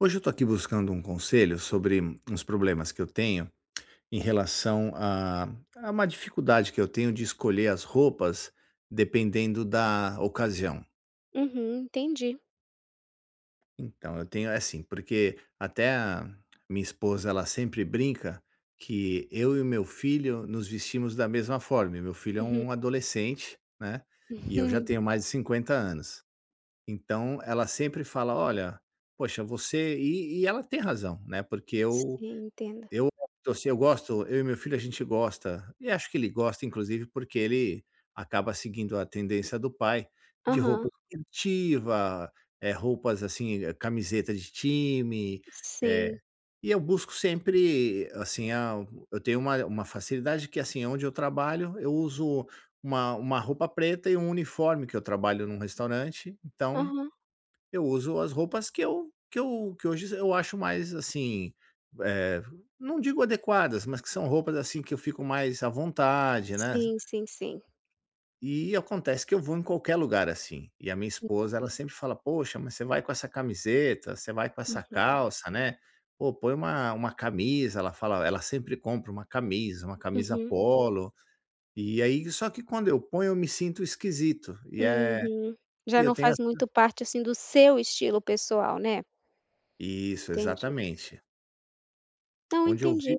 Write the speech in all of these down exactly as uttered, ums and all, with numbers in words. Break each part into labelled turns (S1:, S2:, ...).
S1: Hoje eu estou aqui buscando um conselho sobre uns problemas que eu tenho em relação a, a uma dificuldade que eu tenho de escolher as roupas dependendo da ocasião.
S2: Uhum, entendi.
S1: Então, eu tenho, é assim, porque até a minha esposa, ela sempre brinca que eu e o meu filho nos vestimos da mesma forma. E Meu filho é
S2: Uhum.
S1: um adolescente, né? E eu já tenho mais de cinquenta anos. Então, ela sempre fala, olha, poxa, você... E, e ela tem razão, né? Porque eu
S2: Sim, entendo.
S1: Eu torcer Eu gosto, eu e meu filho, a gente gosta, e acho que ele gosta, inclusive, porque ele acaba seguindo a tendência do pai de roupa
S2: Aham.
S1: esportiva, eh, roupas, assim, eh, camiseta de time,
S2: Sim.
S1: eh, e eu busco sempre, assim, a eu tenho uma uma facilidade que, assim, onde eu trabalho, eu uso uma uma roupa preta e um uniforme, que eu trabalho num restaurante, então
S2: Aham.
S1: eu uso as roupas que eu que eu que hoje eu acho mais, assim, eh, não digo adequadas, mas que são roupas, assim, que eu fico mais à vontade, né.
S2: Sim, sim, sim.
S1: E acontece que eu vou em qualquer lugar, assim, e a minha esposa, ela sempre fala: "Poxa, mas você vai com essa camiseta, você vai com essa
S2: Uhum.
S1: calça, né. Pô, põe uma uma camisa", ela fala, ela sempre compra uma camisa, uma camisa
S2: Uhum.
S1: polo, e aí só que quando eu ponho eu me sinto esquisito, e, é
S2: Uhum. Já
S1: e eu
S2: não
S1: tenho
S2: faz
S1: essa
S2: muito parte, assim, do seu estilo pessoal, né.
S1: isso,
S2: Entendi.
S1: exatamente.
S2: Não,
S1: Onde eu
S2: entendi.
S1: vi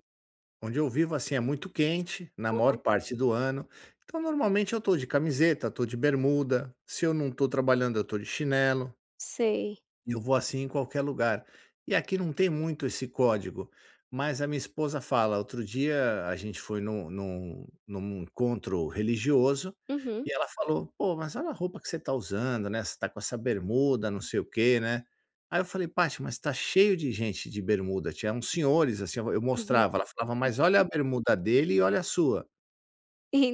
S1: Onde eu vivo, assim, é muito quente na maior
S2: Aham.
S1: parte do ano, então normalmente eu estou de camiseta, estou de bermuda, se eu não estou trabalhando eu estou de chinelo.
S2: Sei.
S1: Eu vou assim em qualquer lugar. E aqui não tem muito esse código, mas a minha esposa fala, outro dia a gente foi num num num encontro religioso,
S2: Uhum, uhum.
S1: e ela falou: "Pô, mas olha a roupa que você está usando, né, você tá com essa bermuda, não sei o quê, né". Aí eu falei: "Paty, mas está cheio de gente de bermuda", tinha uns senhores, assim, eu eu mostrava, ela falava: "Mas olha a bermuda dele e olha a sua".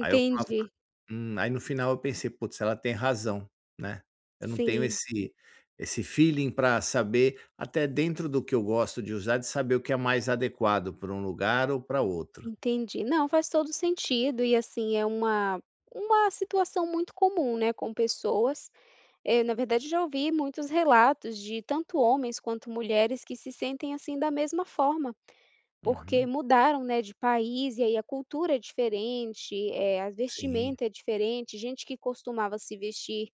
S1: Aí eu falava: Hum, aí no final eu pensei: "Putz, ela tem razão", né. Eu não tenho
S2: Sim,
S1: esse esse feeling para saber, até dentro do que eu gosto de usar, de saber o que é mais adequado para um lugar ou para outro.
S2: entendi. Não, faz todo sentido e, assim, é uma uma situação muito comum, né, com pessoas. Eh, na verdade, já ouvi muitos relatos de tanto homens quanto mulheres que se sentem assim da mesma forma, porque
S1: Uhum.
S2: mudaram, né, de país e aí a cultura é diferente, eh, a
S1: Sim.
S2: vestimenta é diferente. Gente que costumava se vestir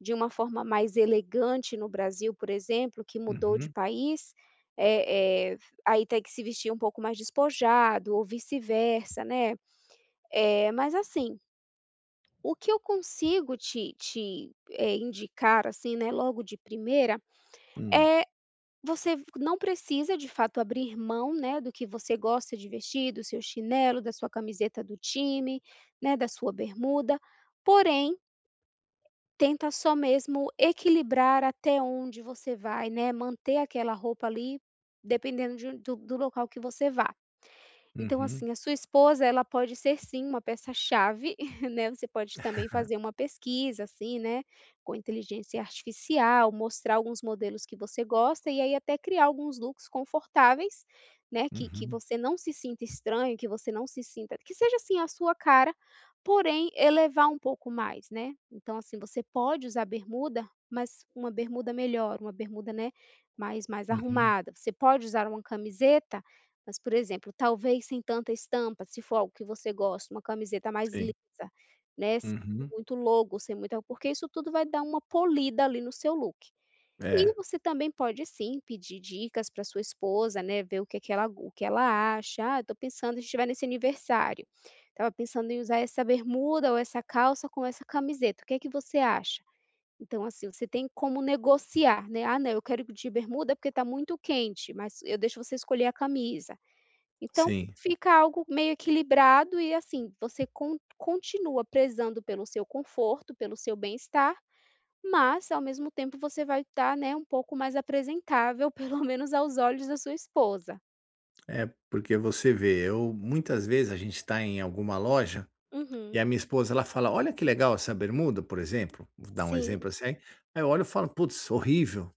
S2: de uma forma mais elegante no Brasil, por exemplo, que mudou de
S1: Uhum.
S2: país, eh eh, aí tem que se vestir um pouco mais despojado ou vice-versa, né. É, mas assim, o que eu consigo te te, eh, indicar, assim, né, logo de primeira,
S1: Hum.
S2: é, você não precisa de fato abrir mão, né, do que você gosta de vestir, do seu chinelo, da sua camiseta do time, né, da sua bermuda, porém, tenta só mesmo equilibrar até onde você vai, né, manter aquela roupa ali, dependendo de um, do do local que você vá. Então,
S1: Uhum.
S2: assim, a sua esposa, ela pode ser sim uma peça-chave, né, você pode também fazer uma pesquisa, assim, né, com inteligência artificial, mostrar alguns modelos que você gosta e aí até criar alguns looks confortáveis, né, que que
S1: Uhum.
S2: você não se sinta estranho, que você não se sinta que seja, assim, a sua cara, porém elevar um pouco mais, né. Então, assim, você pode usar bermuda, mas uma bermuda melhor, uma bermuda, né, mais mais
S1: Uhum.
S2: arrumada. Você pode usar uma camiseta, mas, por exemplo, talvez sem tanta estampa, se for algo que você gosta, uma camiseta mais
S1: Sim.
S2: lisa, né, sem
S1: Uhum.
S2: muito logo, sem muita, porque isso tudo vai dar uma polida ali no seu look. E
S1: É.
S2: você também pode sim pedir dicas para sua esposa, né, ver o que é que ela, o que ela acha: "Ah, estou pensando a gente vai nesse aniversário, estava pensando em usar essa bermuda ou essa calça com essa camiseta, o que é que você acha?". Então, assim, você tem como negociar, né: "Ah, não, eu quero ir de bermuda porque está muito quente, mas eu deixo você escolher a camisa". Então,
S1: Sim.
S2: fica algo meio equilibrado e, assim, você con continua prezando pelo seu conforto, pelo seu bem-estar, mas ao mesmo tempo você vai estar, né, um pouco mais apresentável, pelo menos aos olhos da sua esposa.
S1: É, porque você vê, eu muitas vezes a gente está em alguma loja, e
S2: Uhum.
S1: a minha esposa ela fala: "Olha que legal essa bermuda", por exemplo, vou dar um
S2: Sim.
S1: exemplo assim, aí eu olho e falo: "Putz, horrível".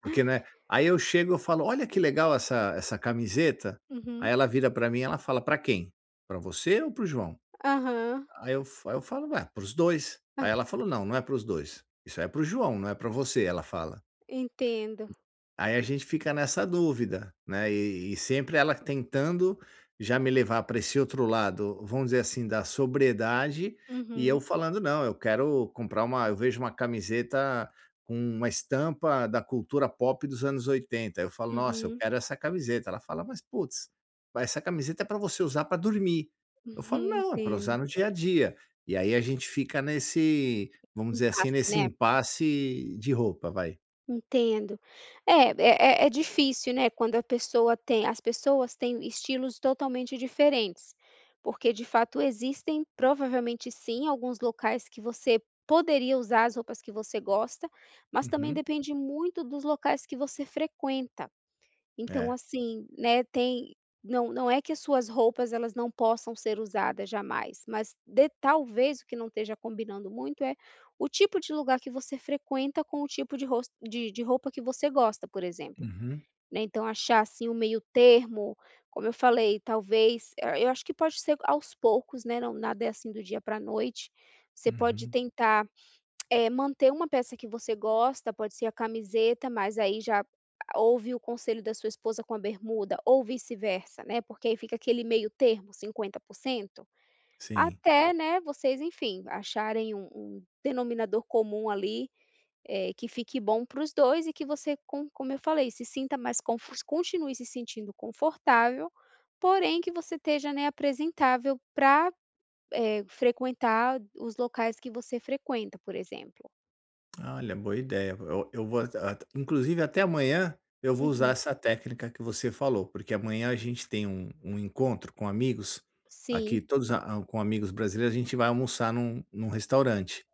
S1: Porque, né, aí eu chego, eu falo: "Olha que legal essa essa camiseta".
S2: Uhum.
S1: Aí ela vira pra mim, e ela fala: "Pra quem? Pra você ou para o João?"
S2: Aham.
S1: Aí eu fa aí eu falo: "Ué, para os dois". Aí
S2: Ah,
S1: ela falou: "Não, não é para os dois. Isso é para o João, não é pra você", ela fala.
S2: entendo.
S1: Aí a gente fica nessa dúvida, né, e e sempre ela tentando já me levar para esse outro lado, vamos dizer assim, da sobriedade, e eu
S2: Uhum,
S1: falando: "Não, eu quero comprar uma", eu vejo uma camiseta com uma estampa da cultura pop dos anos oitenta. Eu falo: "Nossa, eu
S2: uhum,
S1: quero essa camiseta". Ela fala: "Mas putz, essa camiseta é para você usar para dormir". Eu falo:
S2: uhum,
S1: "Não, é para
S2: entendo.
S1: usar no dia a dia". E aí a gente fica nesse, vamos
S2: Um
S1: dizer assim,
S2: passe,
S1: nesse
S2: né?
S1: impasse de roupa, vai.
S2: Entendo. É é é é difícil, né, quando a pessoa tem, as pessoas têm estilos totalmente diferentes, porque de fato existem, provavelmente sim, alguns locais que você poderia usar as roupas que você gosta, mas também
S1: Uhum.
S2: depende muito dos locais que você frequenta. Então
S1: É.
S2: assim, né, tem, não, não é que as suas roupas elas não possam ser usadas jamais, mas de talvez o que não esteja combinando muito é o tipo de lugar que você frequenta com o tipo de ros de de roupa que você gosta, por exemplo,
S1: Uhum,
S2: né, então achar assim o meio termo, como eu falei, talvez, eh, eu acho que pode ser aos poucos, né, não, nada é assim do dia para a noite, você pode
S1: uhum,
S2: tentar, é, manter uma peça que você gosta, pode ser a camiseta, mas aí já ouve o conselho da sua esposa com a bermuda, ou vice-versa, né, porque aí fica aquele meio termo, cinquenta por cento
S1: sim.
S2: até, né, vocês, enfim, acharem um um denominador comum ali, eh, que fique bom para os dois e que você, com como eu falei, se sinta mais confo continue se sentindo confortável, porém que você esteja, né, apresentável para eh, frequentar os locais que você frequenta, por exemplo.
S1: Olha, boa ideia. Eu eu vou at at inclusive até amanhã eu vou usar
S2: Uhum.
S1: essa técnica que você falou, porque amanhã a gente tem um um encontro com amigos,
S2: Sim,
S1: aqui todos a a- com amigos brasileiros, a gente vai almoçar num num restaurante.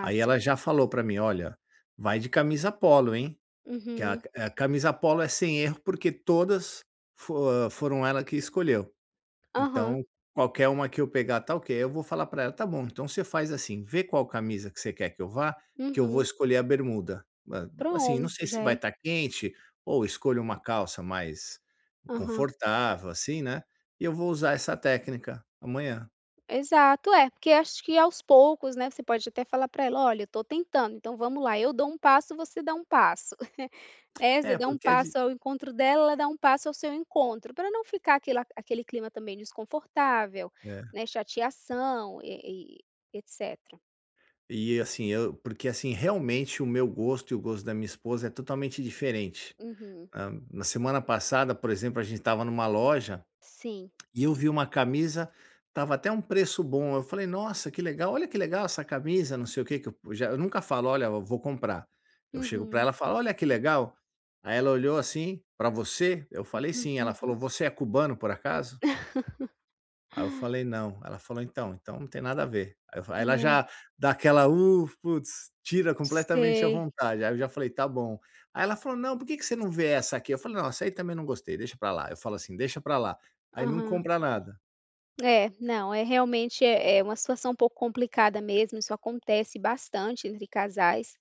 S1: Aí ela já falou para mim: "Olha, vai de camisa polo, hein, que a
S2: Uhum.
S1: a camisa polo é sem erro, porque todas fo ah, foram ela que escolheu".
S2: Aham.
S1: Então, qualquer uma que eu pegar tá ok, aí eu vou falar pra ela: "Tá bom, então você faz assim, vê qual camisa que você quer que eu vá, que eu vou
S2: Uhum.
S1: escolher a bermuda". Ma Assim, não
S2: Pronto,
S1: sei
S2: já
S1: se vai
S2: é.
S1: estar quente, ou escolha uma calça mais
S2: Aham.
S1: confortável, assim, né, e eu vou usar essa técnica amanhã.
S2: Exato, é, porque acho que aos poucos, né, você pode até falar para ela: "Olha, eu tô tentando, então vamos lá, eu dou um passo, você dá um passo", né, você
S1: É,
S2: dá um
S1: porque é
S2: passo
S1: de
S2: ao encontro dela, ela dá um passo ao seu encontro, para não ficar aquele aquele clima também desconfortável,
S1: é.
S2: né, chateação e e etcétera.
S1: E assim, eu porque assim, realmente o meu gosto e o gosto da minha esposa é totalmente diferente.
S2: Uhum.
S1: Hã, na semana passada, por exemplo, a gente estava numa loja
S2: Sim.
S1: e eu vi uma camisa, tava até um preço bom, eu falei: "Nossa, que legal, olha que legal essa camisa", não sei o que que eu já eu nunca falo: "Olha, eu vou comprar". Eu chego para
S2: Uhum.
S1: ela e falo: "Olha que legal". Aí ela olhou assim: para você?" Eu falei: "Sim". Ela
S2: Uhum.
S1: falou: "Você é cubano, por acaso?" Aí eu falei: "Não". Ela falou: "Então, então não tem nada a ver". Aí eu fa Aí ela
S2: Né,
S1: já dá aquela: "Uh, putz", tira completamente a
S2: sei.
S1: vontade. Aí eu já falei: "Tá bom". Aí ela falou: "Não, por que que você não vê essa aqui?" Eu falei: "Não, essa aí também não gostei, deixa pra lá". Eu falo assim: "Deixa pra lá". Aí não
S2: Aham.
S1: compra nada.
S2: É, não, é realmente, é é uma situação um pouco complicada mesmo, isso acontece bastante entre casais,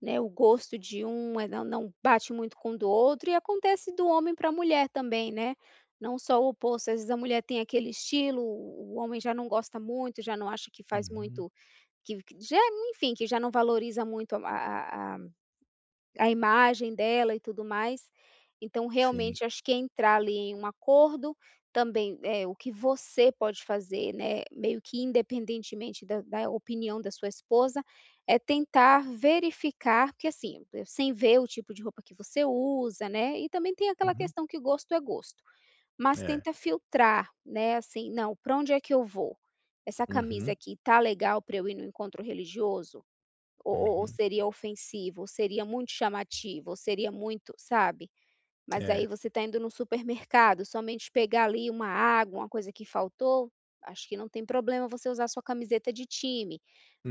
S2: né, o gosto de um, eh, não, não bate muito com o do outro e acontece do homem para a mulher também, né, não só o oposto, às vezes a mulher tem aquele estilo, o homem já não gosta muito, já não acha que faz
S1: Uhum.
S2: muito, que que já, enfim, que já não valoriza muito a a a imagem dela e tudo mais. Então,
S1: Sim.
S2: realmente, acho que entrar ali em um acordo, também, é o que você pode fazer, né, meio que independentemente da da opinião da sua esposa, é tentar verificar porque, assim, eh, sem ver o tipo de roupa que você usa, né, e também tem aquela
S1: Uhum.
S2: questão que gosto é gosto, mas
S1: É.
S2: tenta filtrar, né, assim: "Não, para onde é que eu vou? Essa camisa
S1: Uhum,
S2: aqui tá legal para eu ir no encontro religioso? Ou ou ou
S1: uhum.
S2: seria ofensivo, ou seria muito chamativo, ou seria muito, sabe? Mas aí
S1: É.
S2: você está indo no supermercado, somente pegar ali uma água, uma coisa que faltou, acho que não tem problema você usar sua camiseta de time,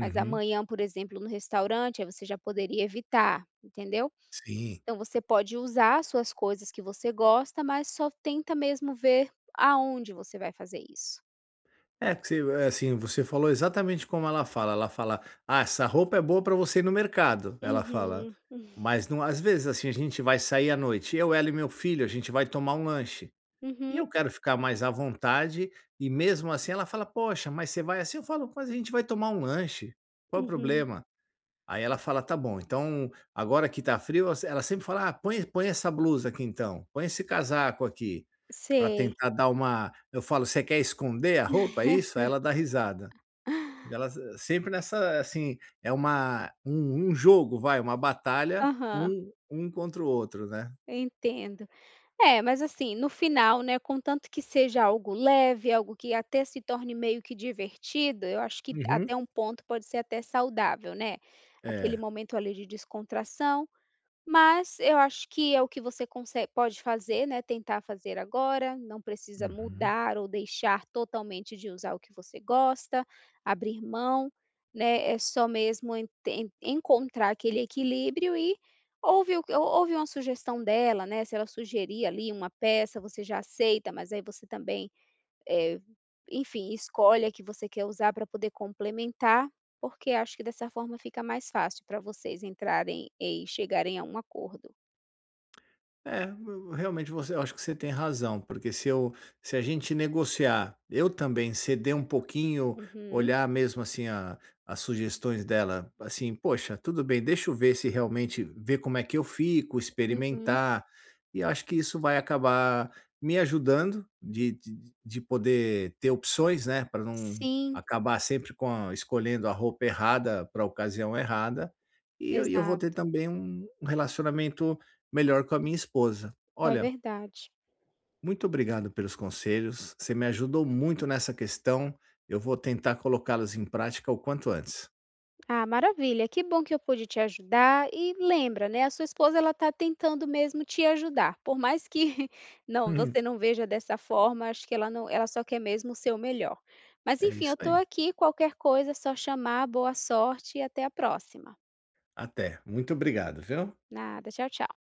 S2: mas amanhã, por exemplo, no restaurante, aí você já poderia evitar, entendeu?
S1: Sim.
S2: Então você pode usar as suas coisas que você gosta, mas só tenta mesmo ver aonde você vai fazer isso".
S1: É que você é assim, você falou exatamente como ela fala, ela fala: "Ah, essa roupa é boa pra você ir no mercado", ela fala,
S2: Uhum.
S1: mas não às vezes, assim, a gente vai sair à noite, eu, ela e meu filho, a gente vai tomar um lanche, e
S2: Uhum,
S1: eu quero ficar mais à vontade, e mesmo assim ela fala: "Poxa, mas você vai assim?" Eu falo: "Mas a gente vai tomar um lanche, qual o
S2: uhum.
S1: problema?" Aí ela fala: "Tá bom, então agora que tá frio", ela se- ela sempre fala: "Ah, põe põe essa blusa aqui então, põe esse casaco aqui", para
S2: Sei.
S1: tentar dar uma, eu falo: "Você quer esconder a roupa, é isso?" Aí ela dá risada. Ela s- sempre nessa, assim, é uma um um jogo, vai, uma batalha,
S2: Aham,
S1: um um contra o outro, né.
S2: entendo. É, mas assim, no final, né, contanto que seja algo leve, algo que até se torne meio que divertido, eu acho que
S1: Uhum.
S2: até um ponto pode ser até saudável, né. Aquele
S1: É.
S2: momento ali de descontração, mas eu acho que é o que você conse pode fazer, né, tentar fazer agora, não precisa
S1: Uhum.
S2: mudar ou deixar totalmente de usar o que você gosta, abrir mão, né, é só mesmo en en encontrar aquele equilíbrio e ouve o uma sugestão dela, né, se ela sugerir ali uma peça, você já aceita, mas aí você também, eh, enfim, escolhe a que você quer usar para poder complementar, porque acho que dessa forma fica mais fácil para vocês entrarem e chegarem a um acordo.
S1: É, eu- realmente você, eu acho que você tem razão, porque se eu, se a gente negociar, eu também ceder um pouquinho,
S2: Uhum,
S1: olhar mesmo assim a- as sugestões dela, assim, poxa, tudo bem, deixa eu ver se realmente ver como é que eu fico,
S2: uhum.
S1: experimentar, e acho que isso vai acabar me ajudando de, de, de poder ter opções, né, para não
S2: Sim,
S1: acabar sempre com a- escolhendo a roupa errada para a ocasião errada, e eu, e eu vou ter
S2: exato,
S1: também um um relacionamento melhor com a minha esposa.
S2: é
S1: Olha,
S2: verdade.
S1: muito obrigado pelos conselhos, você me ajudou muito nessa questão, eu vou tentar colocá-los em prática o quanto antes.
S2: Ah, maravilha, que bom que eu pude te ajudar e lembra, né, a sua esposa ela está tentando mesmo te ajudar, por mais que, não, você não veja dessa forma, acho que ela não, ela só quer mesmo o seu melhor. Mas
S1: É
S2: enfim, eu
S1: isso
S2: estou
S1: aí.
S2: aqui, qualquer coisa é só chamar, boa sorte e até a próxima.
S1: Até. Muito obrigado, viu?
S2: Nada. Tchau, tchau.